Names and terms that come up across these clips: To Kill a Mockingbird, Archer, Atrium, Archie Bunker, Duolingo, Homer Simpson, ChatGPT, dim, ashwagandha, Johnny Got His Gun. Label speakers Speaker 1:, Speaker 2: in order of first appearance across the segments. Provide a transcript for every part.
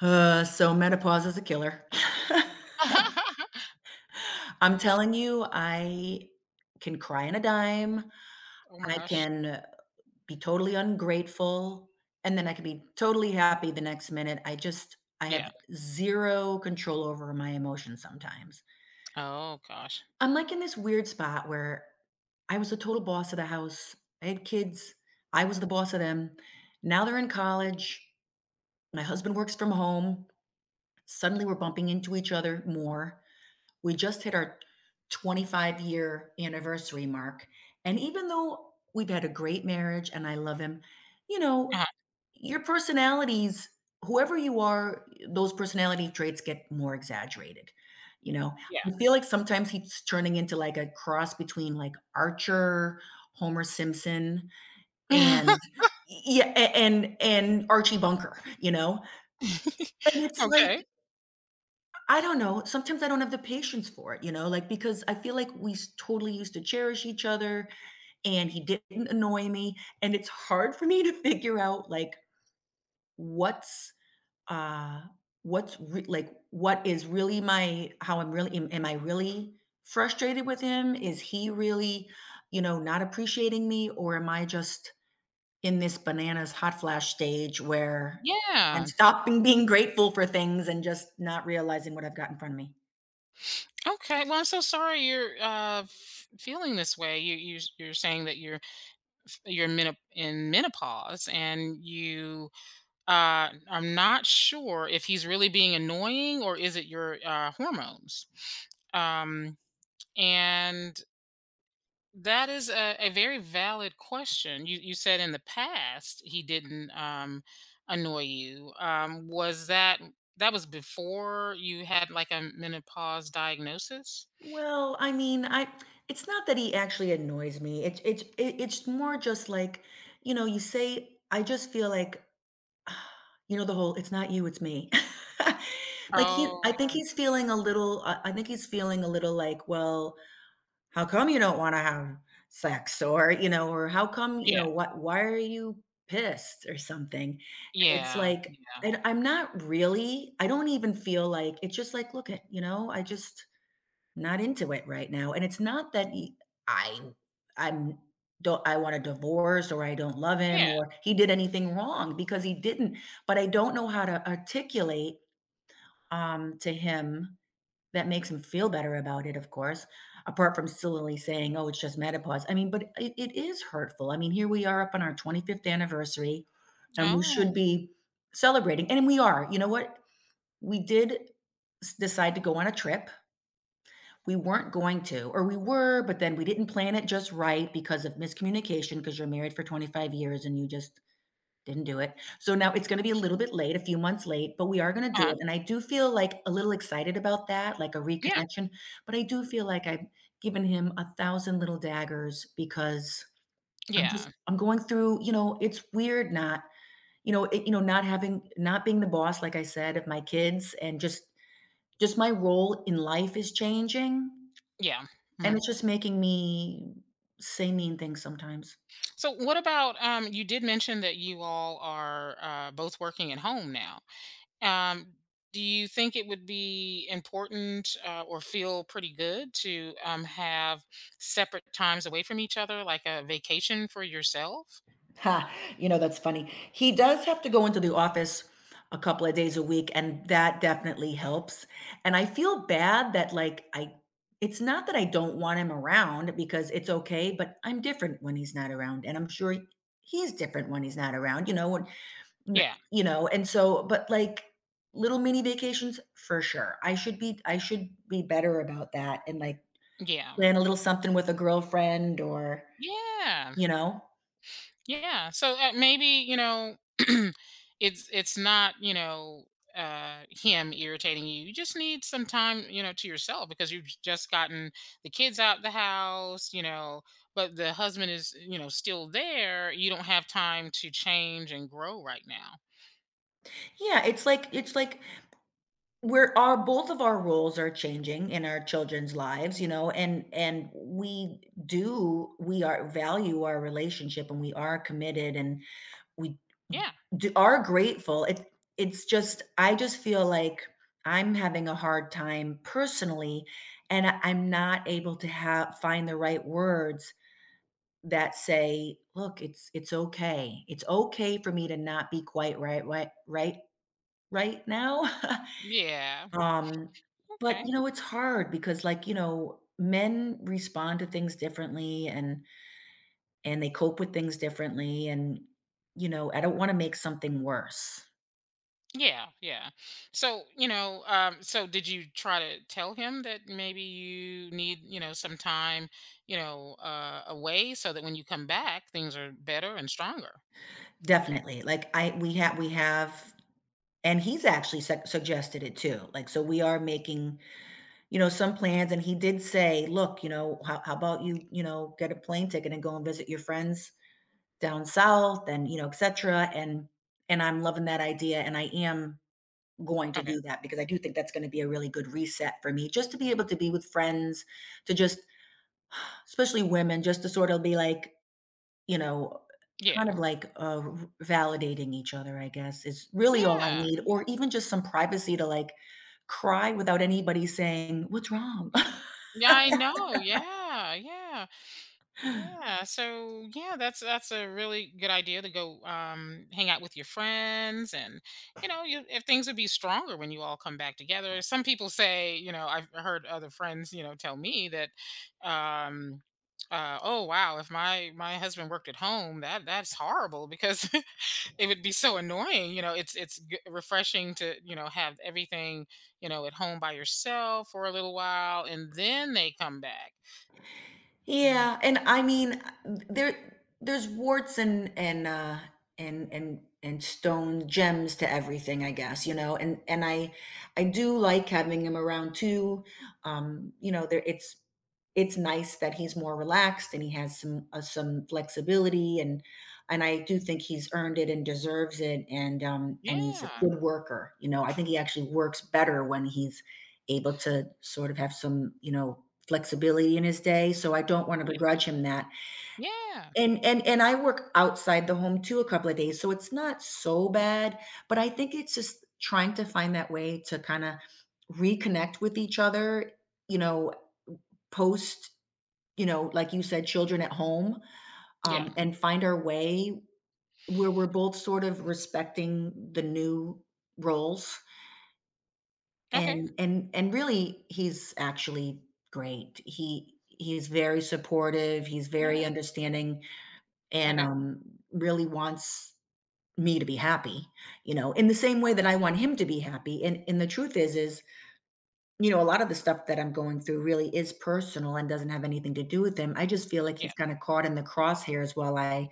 Speaker 1: So menopause is a killer. I'm telling you, I can cry on a dime,
Speaker 2: Oh my
Speaker 1: I
Speaker 2: gosh.
Speaker 1: can be totally ungrateful, and then I can be totally happy the next minute. I have
Speaker 2: Yeah.
Speaker 1: 0 control over my emotions sometimes.
Speaker 2: Oh gosh.
Speaker 1: I'm, like, in this weird spot where I was the total boss of the house. I had kids. I was the boss of them. Now they're in college. My husband works from home. Suddenly, we're bumping into each other more. We just hit our 25-year anniversary mark. And even though we've had a great marriage and I love him, you know,
Speaker 2: uh
Speaker 1: your personalities, whoever you are, those personality traits get more exaggerated. You know,
Speaker 2: Yeah.
Speaker 1: I feel like sometimes he's turning into like a cross between like Archer, Homer Simpson, and and Archie Bunker, you know? And it's like
Speaker 2: Okay.
Speaker 1: I don't know. Sometimes I don't have the patience for it, you know, like because I feel like totally used to cherish each other and he didn't annoy me. And it's hard for me to figure out like what's, uh, like what is really my how I'm really am I really frustrated with him, is he really, you know, not appreciating me, or am I just in this bananas hot flash stage where I'm
Speaker 2: Yeah.
Speaker 1: stopping being grateful for things and just not realizing what I've got in front of me?
Speaker 2: Okay. Well, I'm so sorry you're feeling this way. You're saying that you're in menopause and you are not sure if he's really being annoying or is it your hormones. Um, and That is a very valid question. You said in the past he didn't annoy you. Was that was before you had like a menopause diagnosis?
Speaker 1: Well, I mean, I it's not that he actually annoys me. It's more just like, you know, you say I just feel like you know the whole it's not you, it's me. Like he
Speaker 2: Oh,
Speaker 1: I think he's feeling a little like, well, how come you don't want to have sex, or, you know, or how come, you
Speaker 2: yeah,
Speaker 1: know, what why are you pissed or something? And it's
Speaker 2: yeah,
Speaker 1: like
Speaker 2: yeah,
Speaker 1: and I'm not really, I don't even feel like it's just like, look at, you know, I just not into it right now, and it's not that he I I'm don't I want a divorce or I don't love him
Speaker 2: yeah.
Speaker 1: or he did anything wrong because he didn't, but I don't know how to articulate, to him that makes him feel better about it, of course, apart from sillily saying, "Oh, it's just menopause." I mean, but it is hurtful. I mean, here we are up on our 25th anniversary, and
Speaker 2: Yeah.
Speaker 1: we
Speaker 2: Oh,
Speaker 1: should be celebrating, and we are. You know what? We did s decide to go on a trip we weren't going to, or we were, but then we didn't plan it just right because of miscommunication because you're married for 25 years and you just didn't do it. So now it's going to be a little bit late, a few months late, but we are going to do
Speaker 2: uh-huh.
Speaker 1: it. And I do feel like a little excited about that, like a
Speaker 2: Yeah,
Speaker 1: reconnection. But I do feel like I've given him 1,000 little daggers because I'm just
Speaker 2: yeah,
Speaker 1: I'm going through, you know, it's weird not, you know, it, you know, not having not being the boss, like I said, of my kids, and just my role in life is changing
Speaker 2: yeah. Hmm.
Speaker 1: and it's just making me say mean things sometimes.
Speaker 2: So what about You did mention that you all are both working at home now. Um, do you think it would be important or feel pretty good to have separate times away from each other, like a vacation for yourself?
Speaker 1: Ha, you know, that's funny. He does have to go into the office a couple of days a week, and that definitely helps. And I feel bad that, like, I it's not that I don't want him around because it's okay, but I'm different when he's not around, and I'm sure he's different when he's not around, you know, and n
Speaker 2: Yeah,
Speaker 1: you know, and so but, like, little mini vacations for sure. I should be better about that and, like,
Speaker 2: yeah,
Speaker 1: plan a little something with a girlfriend or,
Speaker 2: yeah.
Speaker 1: you know?
Speaker 2: Yeah. So maybe, you know, it's not, you know, him irritating you. You just need some time, you know, to yourself because you've just gotten the kids out the house. You know, but the husband is, you know, still there. You don't have time to change and grow right now.
Speaker 1: Yeah, it's like we're our both of our roles are changing in our children's lives, you know, and we do we are value our relationship and we are committed and we
Speaker 2: Yeah.
Speaker 1: do, are grateful. It it's just I just feel like I'm having a hard time personally and I'm not able to have find the right words that say, "Look, it's okay. It's okay for me to not be quite right right now."
Speaker 2: Yeah.
Speaker 1: Um, but,
Speaker 2: Okay.
Speaker 1: you know, it's hard because, like, you know, men respond to things differently and they cope with things differently and, you know, I don't wanna make something worse.
Speaker 2: Yeah, yeah. So, you know, so did you try to tell him that maybe you need, you know, some time, you know, away so that when you come back, things are better and stronger? Did you?
Speaker 1: Definitely, like, I we have and he's actually su suggested it too, like, so we are making, you know, some plans, and he did say, "Look, you know, how about you, you know, get a plane ticket and go and visit your friends down south, and you know, etc." And I'm loving that idea, and I am going to
Speaker 2: Okay.
Speaker 1: do that because I do think that's going to be a really good reset for me, just to be able to be with friends, to just, especially women, just to sort of be like, you know, kind
Speaker 2: Yeah.
Speaker 1: of like validating each other. I guess is really all I
Speaker 2: Yeah.
Speaker 1: need,
Speaker 2: Yeah.
Speaker 1: or even just some privacy to like cry without anybody saying, "What's wrong?"
Speaker 2: Yeah. I know. Yeah. Yeah. Yeah, so yeah, that's a really good idea to go hang out with your friends. And you know, you if things would be stronger when you all come back together. Some people say, you know, I've heard other friends, you know, tell me that um oh wow! If my husband worked at home, that's horrible because it would be so annoying. You know, it's refreshing to, you know, have everything, you know, at home by yourself for a little while, and then they come back. Mm.
Speaker 1: Yeah, and I mean, there's warts and stone gems to everything, I guess, you know. And I do like having him around too. You know, there it's nice that he's more relaxed and he has some flexibility and I do think he's earned it and deserves it and he's a
Speaker 2: Yeah.
Speaker 1: good worker. You know, I think he actually works better when he's able to sort of have some, you know, flexibility in his day, so I don't wanna begrudge him that.
Speaker 2: Yeah.
Speaker 1: And I work outside the home too a couple of days, so it's not so bad, but I think it's just trying to find that way to kinda reconnect with each other, you know, post, you know, like you said, children at home,
Speaker 2: Yeah.
Speaker 1: and find our way where we're both sort of respecting the new roles.
Speaker 2: Okay.
Speaker 1: And really, he's actually great. He's very supportive, he's very
Speaker 2: Yeah.
Speaker 1: understanding, and,
Speaker 2: Okay.
Speaker 1: really wants me to be happy, you know, in the same way that I want him to be happy, and the truth is, you know, a lot of the stuff that I'm going through really is personal and doesn't have anything to do with him. I just feel like
Speaker 2: Yeah.
Speaker 1: he's kinda caught in the crosshairs while I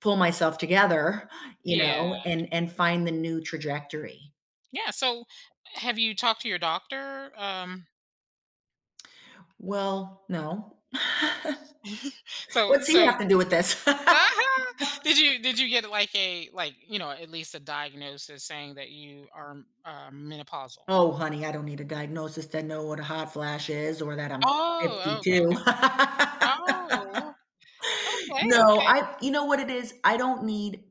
Speaker 1: pull myself together, you
Speaker 2: Yeah.
Speaker 1: know, and find the new trajectory.
Speaker 2: Yeah. So have you talked to your doctor?
Speaker 1: Well, no.
Speaker 2: So
Speaker 1: What's he
Speaker 2: so
Speaker 1: have to do with this?
Speaker 2: did you get like a like, you know, at least a diagnosis saying that you are menopausal?
Speaker 1: Oh, honey, I don't need a diagnosis to know what a hot flash is or that I'm
Speaker 2: Oh, okay,
Speaker 1: 52.
Speaker 2: okay. Oh, okay,
Speaker 1: No,
Speaker 2: okay.
Speaker 1: I you know what it is? I don't need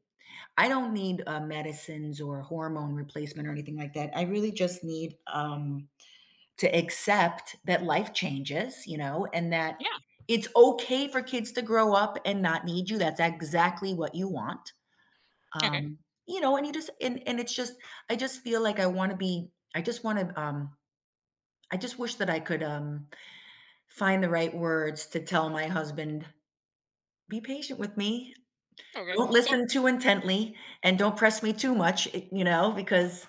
Speaker 1: I don't need, medicines or hormone replacement or anything like that. I really just need, to accept that life changes, you know, and that
Speaker 2: Yeah.
Speaker 1: it's okay for kids to grow up and not need you. That's exactly what you want.
Speaker 2: Okay.
Speaker 1: Um, you know, and you just and it's just I just feel like I wanna be I just wanna, I just wish that I could, find the right words to tell my husband, "Be patient with me.
Speaker 2: Okay.
Speaker 1: Don't
Speaker 2: So
Speaker 1: listen too intently, and don't press me too much," eh, you know, because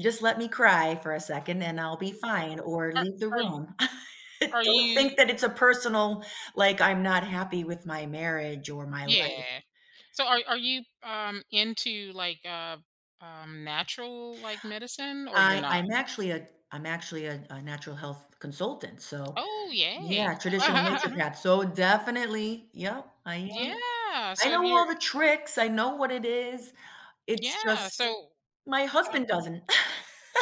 Speaker 1: "Just let me cry for a second, and I'll be fine,
Speaker 2: oh,
Speaker 1: or
Speaker 2: are
Speaker 1: leave the
Speaker 2: are
Speaker 1: room."
Speaker 2: are
Speaker 1: Don't
Speaker 2: you,
Speaker 1: think that it's a personal, like, I'm not happy with my marriage or my life.
Speaker 2: yeah. So are you into like natural like medicine, or you're
Speaker 1: I
Speaker 2: not?
Speaker 1: I'm actually a I'm actually a natural health consultant, so
Speaker 2: Oh, yay.
Speaker 1: yeah, traditional nature path. So definitely, yep, I am.
Speaker 2: Yeah.
Speaker 1: I
Speaker 2: So if
Speaker 1: know
Speaker 2: you're,
Speaker 1: all the tricks, I know what it is. It's
Speaker 2: yeah,
Speaker 1: just
Speaker 2: so
Speaker 1: my husband
Speaker 2: um
Speaker 1: doesn't.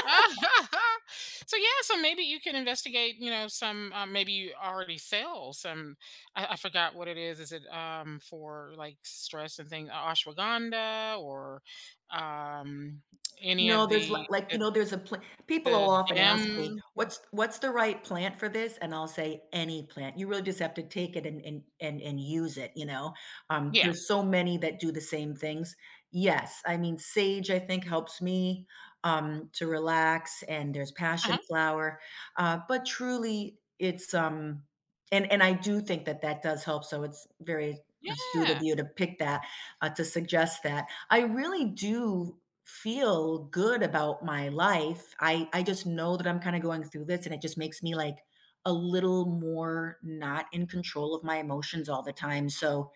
Speaker 2: so yeah, so maybe you can investigate, you know, some maybe you already sell some. I forgot what it is. Is it for like stress and things, ashwagandha or um any
Speaker 1: No,
Speaker 2: of
Speaker 1: there's li like, you know, there's a plant. People will
Speaker 2: the
Speaker 1: often ask me,
Speaker 2: dim.
Speaker 1: What's the right plant for this?" And I'll say, "Any plant." You really just have to take it and use it, you know?
Speaker 2: Yeah.
Speaker 1: There's so many that do the same things. Yes, I mean, sage, I think, helps me, to relax, and there's
Speaker 2: Uh-huh.
Speaker 1: passion flower, but truly, it's, and I do think that that does help, so it's very astute of
Speaker 2: Yeah.
Speaker 1: you to pick that, to suggest that. I really do feel good about my life. I just know that I'm kinda going through this, and it just makes me, like, a little more not in control of my emotions all the time, so,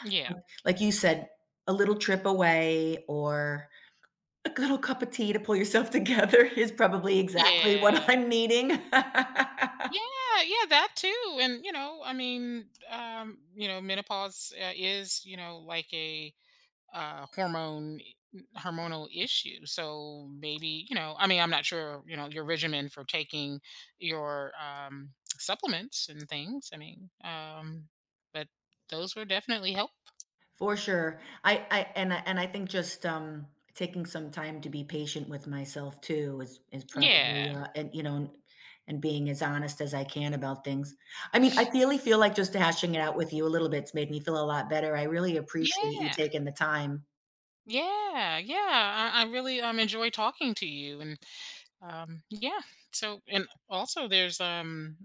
Speaker 2: Yeah.
Speaker 1: like you said, a little trip away or a little cup of tea to pull yourself together is probably exactly what
Speaker 2: Yeah.
Speaker 1: I'm needing.
Speaker 2: Yeah, yeah, that too. And you know, I mean, you know, menopause is, you know, like a hormone hormonal issue. So maybe, you know, I mean, I'm not sure, you know, your regimen for taking your supplements and things. I mean, but those were definitely help.
Speaker 1: For sure. I think just, taking some time to be patient with myself too is probably,
Speaker 2: Yeah.
Speaker 1: and, you know, and being as honest as I can about things. I mean, I really feel like just hashing it out with you a little bit's made me feel a lot better. I really appreciate you
Speaker 2: Yeah.
Speaker 1: taking the time.
Speaker 2: Yeah. Yeah. I really enjoy talking to you. And yeah. So, and also there's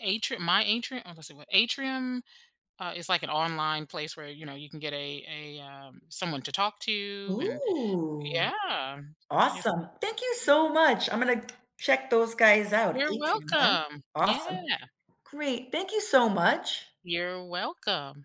Speaker 2: Atrium, my Atrium, oh, let's see what Atrium is like, an online place where you know you can get a someone to talk to, and
Speaker 1: Ooh,
Speaker 2: yeah, it's,
Speaker 1: awesome. Thank you
Speaker 2: yeah.
Speaker 1: so much. I'm gonna check those guys out.
Speaker 2: You're
Speaker 1: Atrium, huh?
Speaker 2: welcome.
Speaker 1: Awesome.
Speaker 2: Yeah,
Speaker 1: Great. Thank you so much.
Speaker 2: you're welcome.